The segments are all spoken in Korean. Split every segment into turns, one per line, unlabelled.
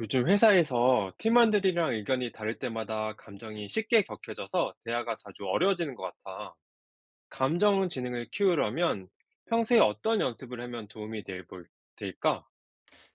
요즘 회사에서 팀원들이랑 의견이 다를 때마다 감정이 쉽게 격해져서 대화가 자주 어려워지는 것 같아. 감정 지능을 키우려면 평소에 어떤 연습을 하면 될까?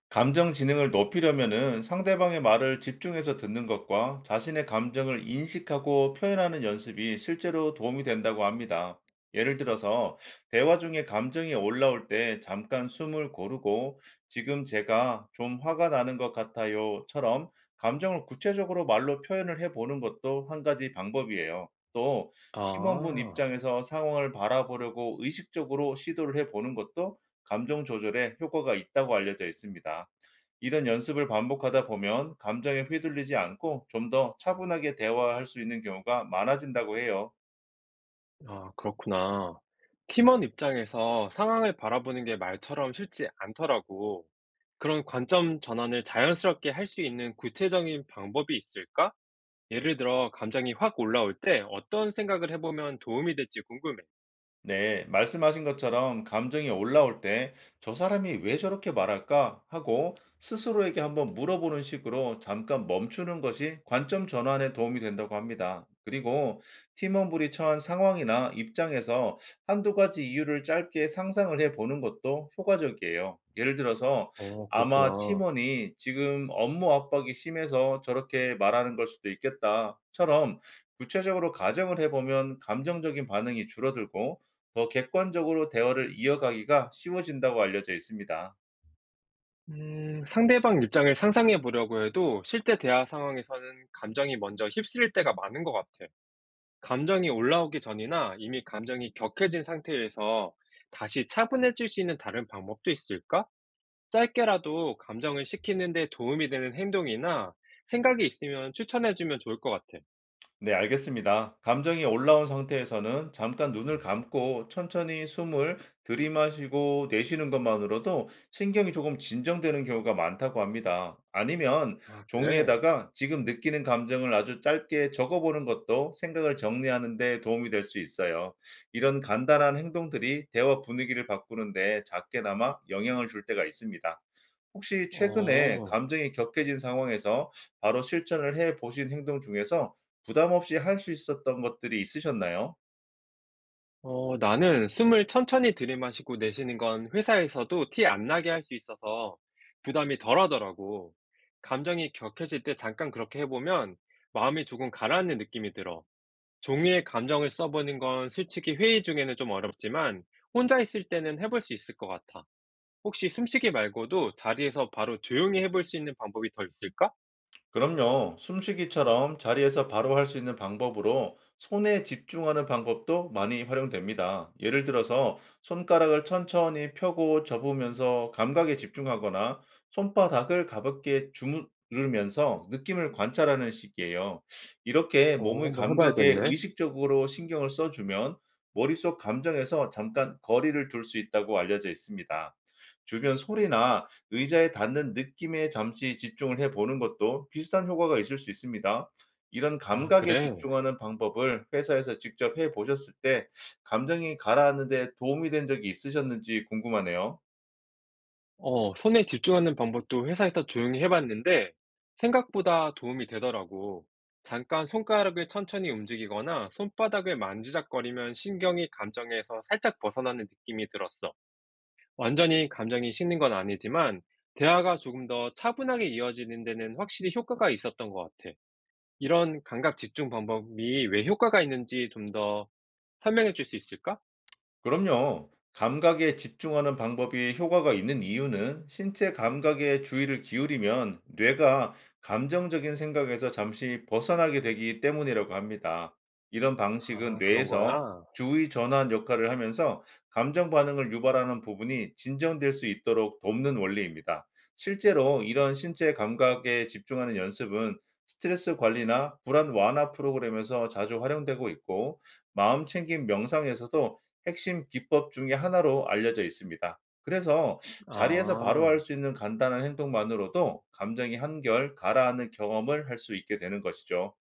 감정 지능을 높이려면은 상대방의 말을 집중해서 듣는 것과 자신의 감정을 인식하고 표현하는 연습이 실제로 도움이 된다고 합니다. 예를 들어서 대화 중에 감정이 올라올 때 잠깐 숨을 고르고 지금 제가 좀 화가 나는 것 같아요처럼 감정을 구체적으로 말로 표현을 해 보는 것도 한 가지 방법이에요. 또 팀원분
아,
입장에서 상황을 바라보려고 의식적으로 시도를 해 보는 것도 감정 조절에 효과가 있다고 알려져 있습니다. 이런 연습을 반복하다 보면 감정에 휘둘리지 않고 좀 더 차분하게 대화할 수 있는 경우가 많아진다고 해요.
아, 그렇구나. 팀원 입장에서 상황을 바라보는 게 말처럼 쉽지 않더라고. 그런 관점 전환을 자연스럽게 할 수 있는 구체적인 방법이 있을까? 예를 들어, 감정이 확 올라올 때 어떤 생각을 해보면 도움이 될지 궁금해.
네, 말씀하신 것처럼 감정이 올라올 때 저 사람이 왜 저렇게 말할까 하고 스스로에게 한번 물어보는 식으로 잠깐 멈추는 것이 관점 전환에 도움이 된다고 합니다. 그리고 팀원분이 처한 상황이나 입장에서 한두 가지 이유를 짧게 상상을 해 보는 것도 효과적이에요. 예를 들어서
어
아마
그렇구나.
팀원이 지금 업무 압박이 심해서 저렇게 말하는 걸 수도 있겠다처럼 구체적으로 가정을 해보면 감정적인 반응이 줄어들고 더 객관적으로 대화를 이어가기가 쉬워진다고 알려져 있습니다.
상대방 입장을 상상해 보려고 해도 실제 대화 상황에서는 감정이 먼저 휩쓸릴 때가 많은 것 같아. 감정이 올라오기 전이나 이미 감정이 격해진 상태에서 다시 차분해질 수 있는 다른 방법도 있을까? 짧게라도 감정을 식히는 데 도움이 되는 행동이나 생각이 있으면 추천해 주면 좋을 것 같아.
네, 알겠습니다. 감정이 올라온 상태에서는 잠깐 눈을 감고 천천히 숨을 들이마시고 내쉬는 것만으로도 신경이 조금 진정되는 경우가 많다고 합니다. 아니면
아 그래?
종이에다가 지금 느끼는 감정을 아주 짧게 적어보는 것도 생각을 정리하는 데 도움이 될 수 있어요. 이런 간단한 행동들이 대화 분위기를 바꾸는데 작게나마 영향을 줄 때가 있습니다. 혹시 최근에
어.
감정이 격해진 상황에서 바로 실천을 해 보신 행동 중에서 부담 없이 할 수 있었던 것들이 있으셨나요?
어, 나는 숨을 천천히 들이마시고 내쉬는 건 회사에서도 티 안 나게 할 수 있어서 부담이 덜하더라고. 감정이 격해질 때 잠깐 그렇게 해보면 마음이 조금 가라앉는 느낌이 들어. 종이에 감정을 써보는 건 솔직히 회의 중에는 좀 어렵지만 혼자 있을 때는 해볼 수 있을 것 같아. 혹시 숨쉬기 말고도 자리에서 바로 조용히 해볼 수 있는 방법이 더 있을까?
그럼요. 숨쉬기처럼 자리에서 바로 할 수 있는 방법으로 손에 집중하는 방법도 많이 활용됩니다. 예를 들어서 손가락을 천천히 펴고 접으면서 감각에 집중하거나 손바닥을 가볍게 주무르면서 느낌을 관찰하는 식이에요. 이렇게
어,
몸의
한번
감각에
해봐야겠네.
의식적으로 신경을 써주면 머릿속 감정에서 잠깐 거리를 둘 수 있다고 알려져 있습니다. 주변 소리나 의자에 닿는 느낌에 잠시 집중을 해 보는 것도 비슷한 효과가 있을 수 있습니다. 이런
아,
감각에
그래.
집중하는 방법을 회사에서 직접 해 보셨을 때 감정이 가라앉는 데 도움이 된 적이 있으셨는지 궁금하네요.
어, 손에 집중하는 방법도 회사에서 조용히 해봤는데 생각보다 도움이 되더라고. 잠깐 손가락을 천천히 움직이거나 손바닥을 만지작거리면 신경이 감정에서 살짝 벗어나는 느낌이 들었어. 완전히 감정이 식는 건 아니지만 대화가 조금 더 차분하게 이어지는 데는 확실히 효과가 있었던 것 같아. 이런 감각 집중 방법이 왜 효과가 있는지 좀 더 설명해 줄 수 있을까?
그럼요. 감각에 집중하는 방법이 효과가 있는 이유는 신체 감각에 주의를 기울이면 뇌가 감정적인 생각에서 잠시 벗어나게 되기 때문이라고 합니다. 이런 방식은
아, 그런
뇌에서
거야?
주의 전환 역할을 하면서 감정 반응을 유발하는 부분이 진정될 수 있도록 돕는 원리입니다. 실제로 이런 신체 감각에 집중하는 연습은 스트레스 관리나 불안 완화 프로그램에서 자주 활용되고 있고, 마음 챙김 명상에서도 핵심 기법 중에 하나로 알려져 있습니다. 그래서 자리에서 바로 할
아.
수 있는 간단한 행동만으로도 감정이 한결 가라앉는 경험을 할 수 있게 되는 것이죠.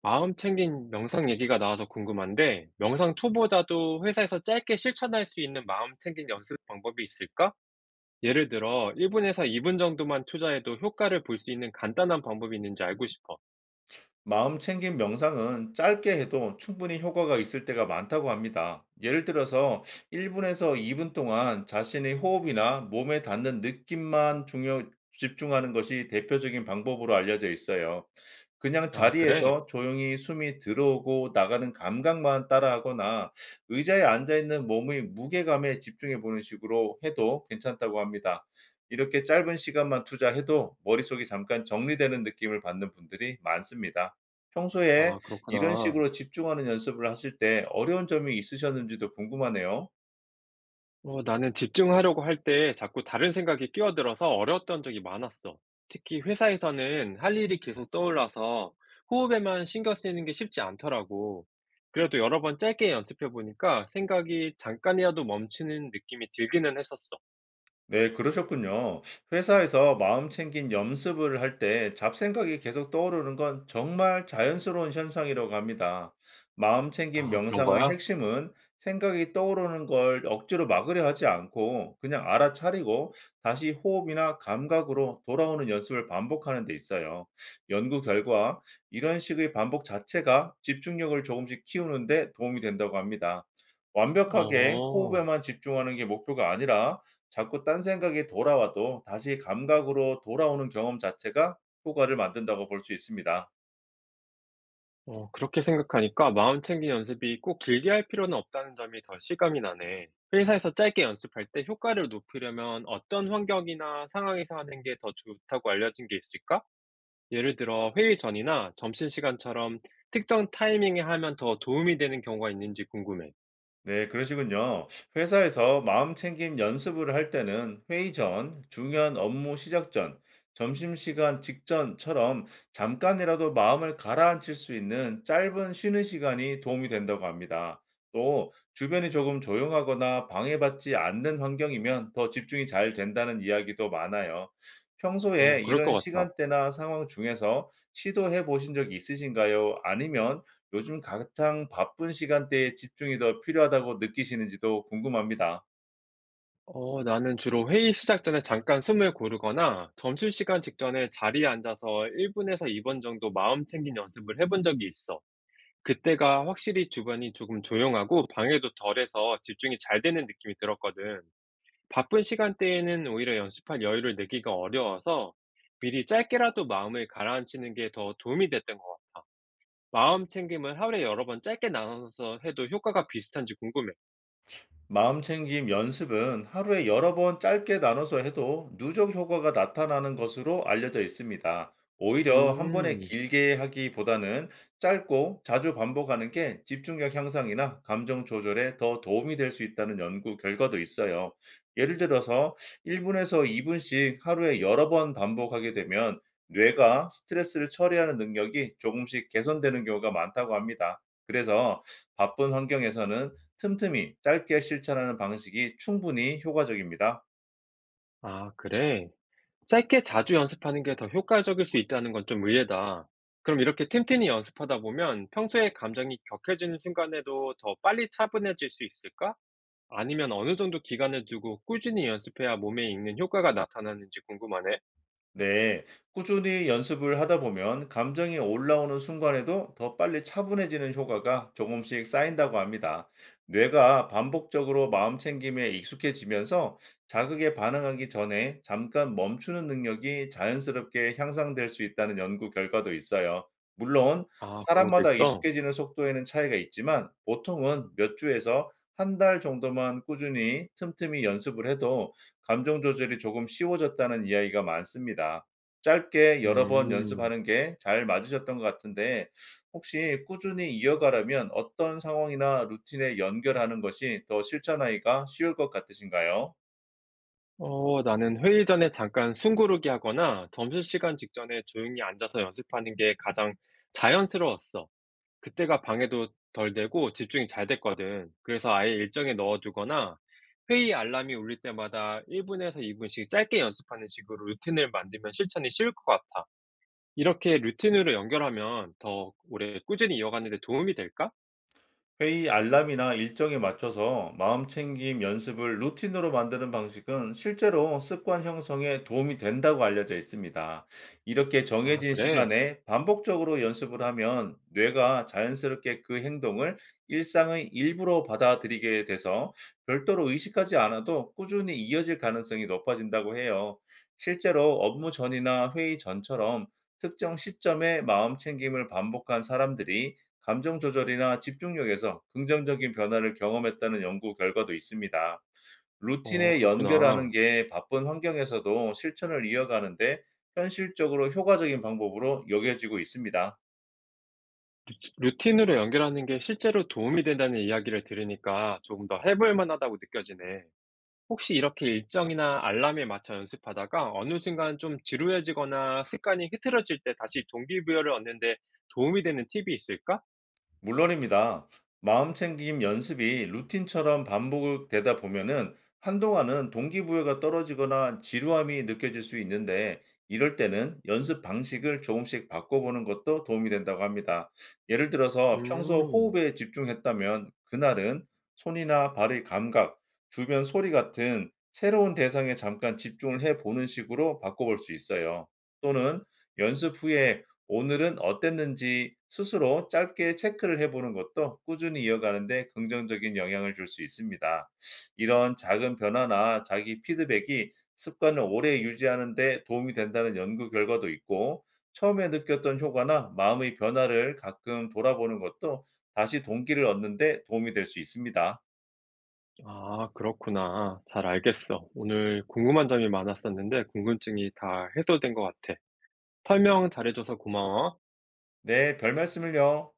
마음 챙긴 명상 얘기가 나와서 궁금한데, 명상 초보자도 회사에서 짧게 실천할 수 있는 마음 챙긴 연습 방법이 있을까? 예를 들어, 1분에서 2분 정도만 투자해도 효과를 볼 수 있는 간단한 방법이 있는지 알고 싶어.
마음 챙김 명상은 짧게 해도 충분히 효과가 있을 때가 많다고 합니다. 예를 들어서 1분에서 2분 동안 자신의 호흡이나 몸에 닿는 느낌만 중요, 집중하는 것이 대표적인 방법으로 알려져 있어요. 그냥
아, 그래?
자리에서 조용히 숨이 들어오고 나가는 감각만 따라하거나 의자에 앉아있는 몸의 무게감에 집중해 보는 식으로 해도 괜찮다고 합니다. 이렇게 짧은 시간만 투자해도 머릿속이 잠깐 정리되는 느낌을 받는 분들이 많습니다. 평소에
아,
이런
그렇구나.
식으로 집중하는 연습을 하실 때 어려운 점이 있으셨는지도 궁금하네요.
어, 나는 집중하려고 할 때 자꾸 다른 생각이 끼어들어서 어려웠던 적이 많았어. 특히 회사에서는 할 일이 계속 떠올라서 호흡에만 신경 쓰이는 게 쉽지 않더라고. 그래도 여러 번 짧게 연습해 보니까 생각이 잠깐이라도 멈추는 느낌이 들기는 했었어.
네, 그러셨군요. 회사에서 마음 챙긴 염습을 할 때 잡생각이 계속 떠오르는 건 정말 자연스러운 현상이라고 합니다. 마음 챙긴
아, 그런
명상의
거야?
핵심은 생각이 떠오르는 걸 억지로 막으려 하지 않고 그냥 알아차리고 다시 호흡이나 감각으로 돌아오는 연습을 반복하는 데 있어요. 연구 결과 이런 식의 반복 자체가 집중력을 조금씩 키우는 데 도움이 된다고 합니다. 완벽하게
어.
호흡에만 집중하는 게 목표가 아니라 자꾸 딴 생각이 돌아와도 다시 감각으로 돌아오는 경험 자체가 효과를 만든다고 볼 수 있습니다.
어, 그렇게 생각하니까 마음 챙긴 연습이 꼭 길게 할 필요는 없다는 점이 더 실감이 나네. 회사에서 짧게 연습할 때 효과를 높이려면 어떤 환경이나 상황에서 하는 게 더 좋다고 알려진 게 있을까? 예를 들어 회의 전이나 점심시간처럼 특정 타이밍에 하면 더 도움이 되는 경우가 있는지 궁금해.
네, 그러시군요. 회사에서 마음챙김 연습을 할 때는 회의 전, 중요한 업무 시작 전, 점심시간 직전처럼 잠깐이라도 마음을 가라앉힐 수 있는 짧은 쉬는 시간이 도움이 된다고 합니다. 또, 주변이 조금 조용하거나 방해받지 않는 환경이면 더 집중이 잘 된다는 이야기도 많아요.
어,
평소에
그럴
이런
것 같다.
시간대나 상황 중에서 시도해 보신 적이 있으신가요? 아니면 요즘 가장 바쁜 시간대에 집중이 더 필요하다고 느끼시는지도 궁금합니다.
어, 나는 주로 회의 시작 전에 잠깐 숨을 고르거나 점심시간 직전에 자리에 앉아서 1분에서 2분 정도 마음 챙긴 연습을 해본 적이 있어. 그때가 확실히 주변이 조금 조용하고 방해도 덜해서 집중이 잘 되는 느낌이 들었거든. 바쁜 시간대에는 오히려 연습할 여유를 내기가 어려워서 미리 짧게라도 마음을 가라앉히는 게 더 도움이 됐던 것 같아. 마음 챙김을 하루에 여러 번 짧게 나눠서 해도 효과가 비슷한지 궁금해.
마음챙김 연습은 하루에 여러 번 짧게 나눠서 해도 누적 효과가 나타나는 것으로 알려져 있습니다. 오히려 한 번에
음,
길게 하기보다는 짧고 자주 반복하는 게 집중력 향상이나 감정 조절에 더 도움이 될 수 있다는 연구 결과도 있어요. 예를 들어서 1분에서 2분씩 하루에 여러 번 반복하게 되면 뇌가 스트레스를 처리하는 능력이 조금씩 개선되는 경우가 많다고 합니다. 그래서 바쁜 환경에서는 틈틈이 짧게 실천하는 방식이 충분히 효과적입니다.
아, 그래. 짧게 자주 연습하는 게 더 효과적일 수 있다는 건 좀 의외다. 그럼 이렇게 틈틈이 연습하다 보면 평소에 감정이 격해지는 순간에도 더 빨리 차분해질 수 있을까? 아니면 어느 정도 기간을 두고 꾸준히 연습해야 몸에 익는 효과가 나타나는지 궁금하네.
네, 꾸준히 연습을 하다 보면 감정이 올라오는 순간에도 더 빨리 차분해지는 효과가 조금씩 쌓인다고 합니다. 뇌가 반복적으로 마음 챙김에 익숙해지면서 자극에 반응하기 전에 잠깐 멈추는 능력이 자연스럽게 향상될 수 있다는 연구 결과도 있어요. 물론,
아, 그런 것도
사람마다
있어?
익숙해지는 속도에는 차이가 있지만 보통은 몇 주에서 한 달 정도만 꾸준히 틈틈이 연습을 해도 감정 조절이 조금 쉬워졌다는 이야기가 많습니다. 짧게 여러 번
음.
연습하는 게 잘 맞으셨던 것 같은데 혹시 꾸준히 이어가려면 어떤 상황이나 루틴에 연결하는 것이 더 실천하기가 쉬울 것 같으신가요?
어, 나는 회의 전에 잠깐 숨 고르기 하거나 점심시간 직전에 조용히 앉아서 연습하는 게 가장 자연스러웠어. 그때가 방해도 덜 되고 집중이 잘 됐거든. 그래서 아예 일정에 넣어두거나 회의 알람이 울릴 때마다 1분에서 2분씩 짧게 연습하는 식으로 루틴을 만들면 실천이 쉬울 것 같아. 이렇게 루틴으로 연결하면 더 오래 꾸준히 이어가는 데 도움이 될까?
회의 알람이나 일정에 맞춰서 마음챙김 연습을 루틴으로 만드는 방식은 실제로 습관 형성에 도움이 된다고 알려져 있습니다. 이렇게
아,
정해진
그래?
시간에 반복적으로 연습을 하면 뇌가 자연스럽게 그 행동을 일상의 일부로 받아들이게 돼서 별도로 의식하지 않아도 꾸준히 이어질 가능성이 높아진다고 해요. 실제로 업무 전이나 회의 전처럼 특정 시점에 마음챙김을 반복한 사람들이 감정 조절이나 집중력에서 긍정적인 변화를 경험했다는 연구 결과도 있습니다.
어,
루틴에 연결하는
그렇구나.
게 바쁜 환경에서도 실천을 이어가는데 현실적으로 효과적인 방법으로 여겨지고 있습니다.
루틴으로 연결하는 게 실제로 도움이 된다는 이야기를 들으니까 조금 더 해볼 만하다고 느껴지네. 혹시 이렇게 일정이나 알람에 맞춰 연습하다가 어느 순간 좀 지루해지거나 습관이 흐트러질 때 다시 동기부여를 얻는데 도움이 되는 팁이 있을까?
물론입니다. 마음챙김 연습이 루틴처럼 반복되다 보면은 한동안은 동기부여가 떨어지거나 지루함이 느껴질 수 있는데 이럴 때는 연습 방식을 조금씩 바꿔보는 것도 도움이 된다고 합니다. 예를 들어서 평소
음,
호흡에 집중했다면 그날은 손이나 발의 감각, 주변 소리 같은 새로운 대상에 잠깐 집중을 해보는 식으로 바꿔볼 수 있어요. 또는 연습 후에 오늘은 어땠는지 스스로 짧게 체크를 해 보는 것도 꾸준히 이어가는 데 긍정적인 영향을 줄 수 있습니다. 이런 작은 변화나 자기 피드백이 습관을 오래 유지하는 데 도움이 된다는 연구 결과도 있고, 처음에 느꼈던 효과나 마음의 변화를 가끔 돌아보는 것도 다시 동기를 얻는 데 도움이 될 수 있습니다.
아, 그렇구나. 잘 알겠어. 오늘 궁금한 점이 많았었는데 궁금증이 다 해소된 것 같아. 설명 잘해줘서 고마워.
네, 별 말씀을요.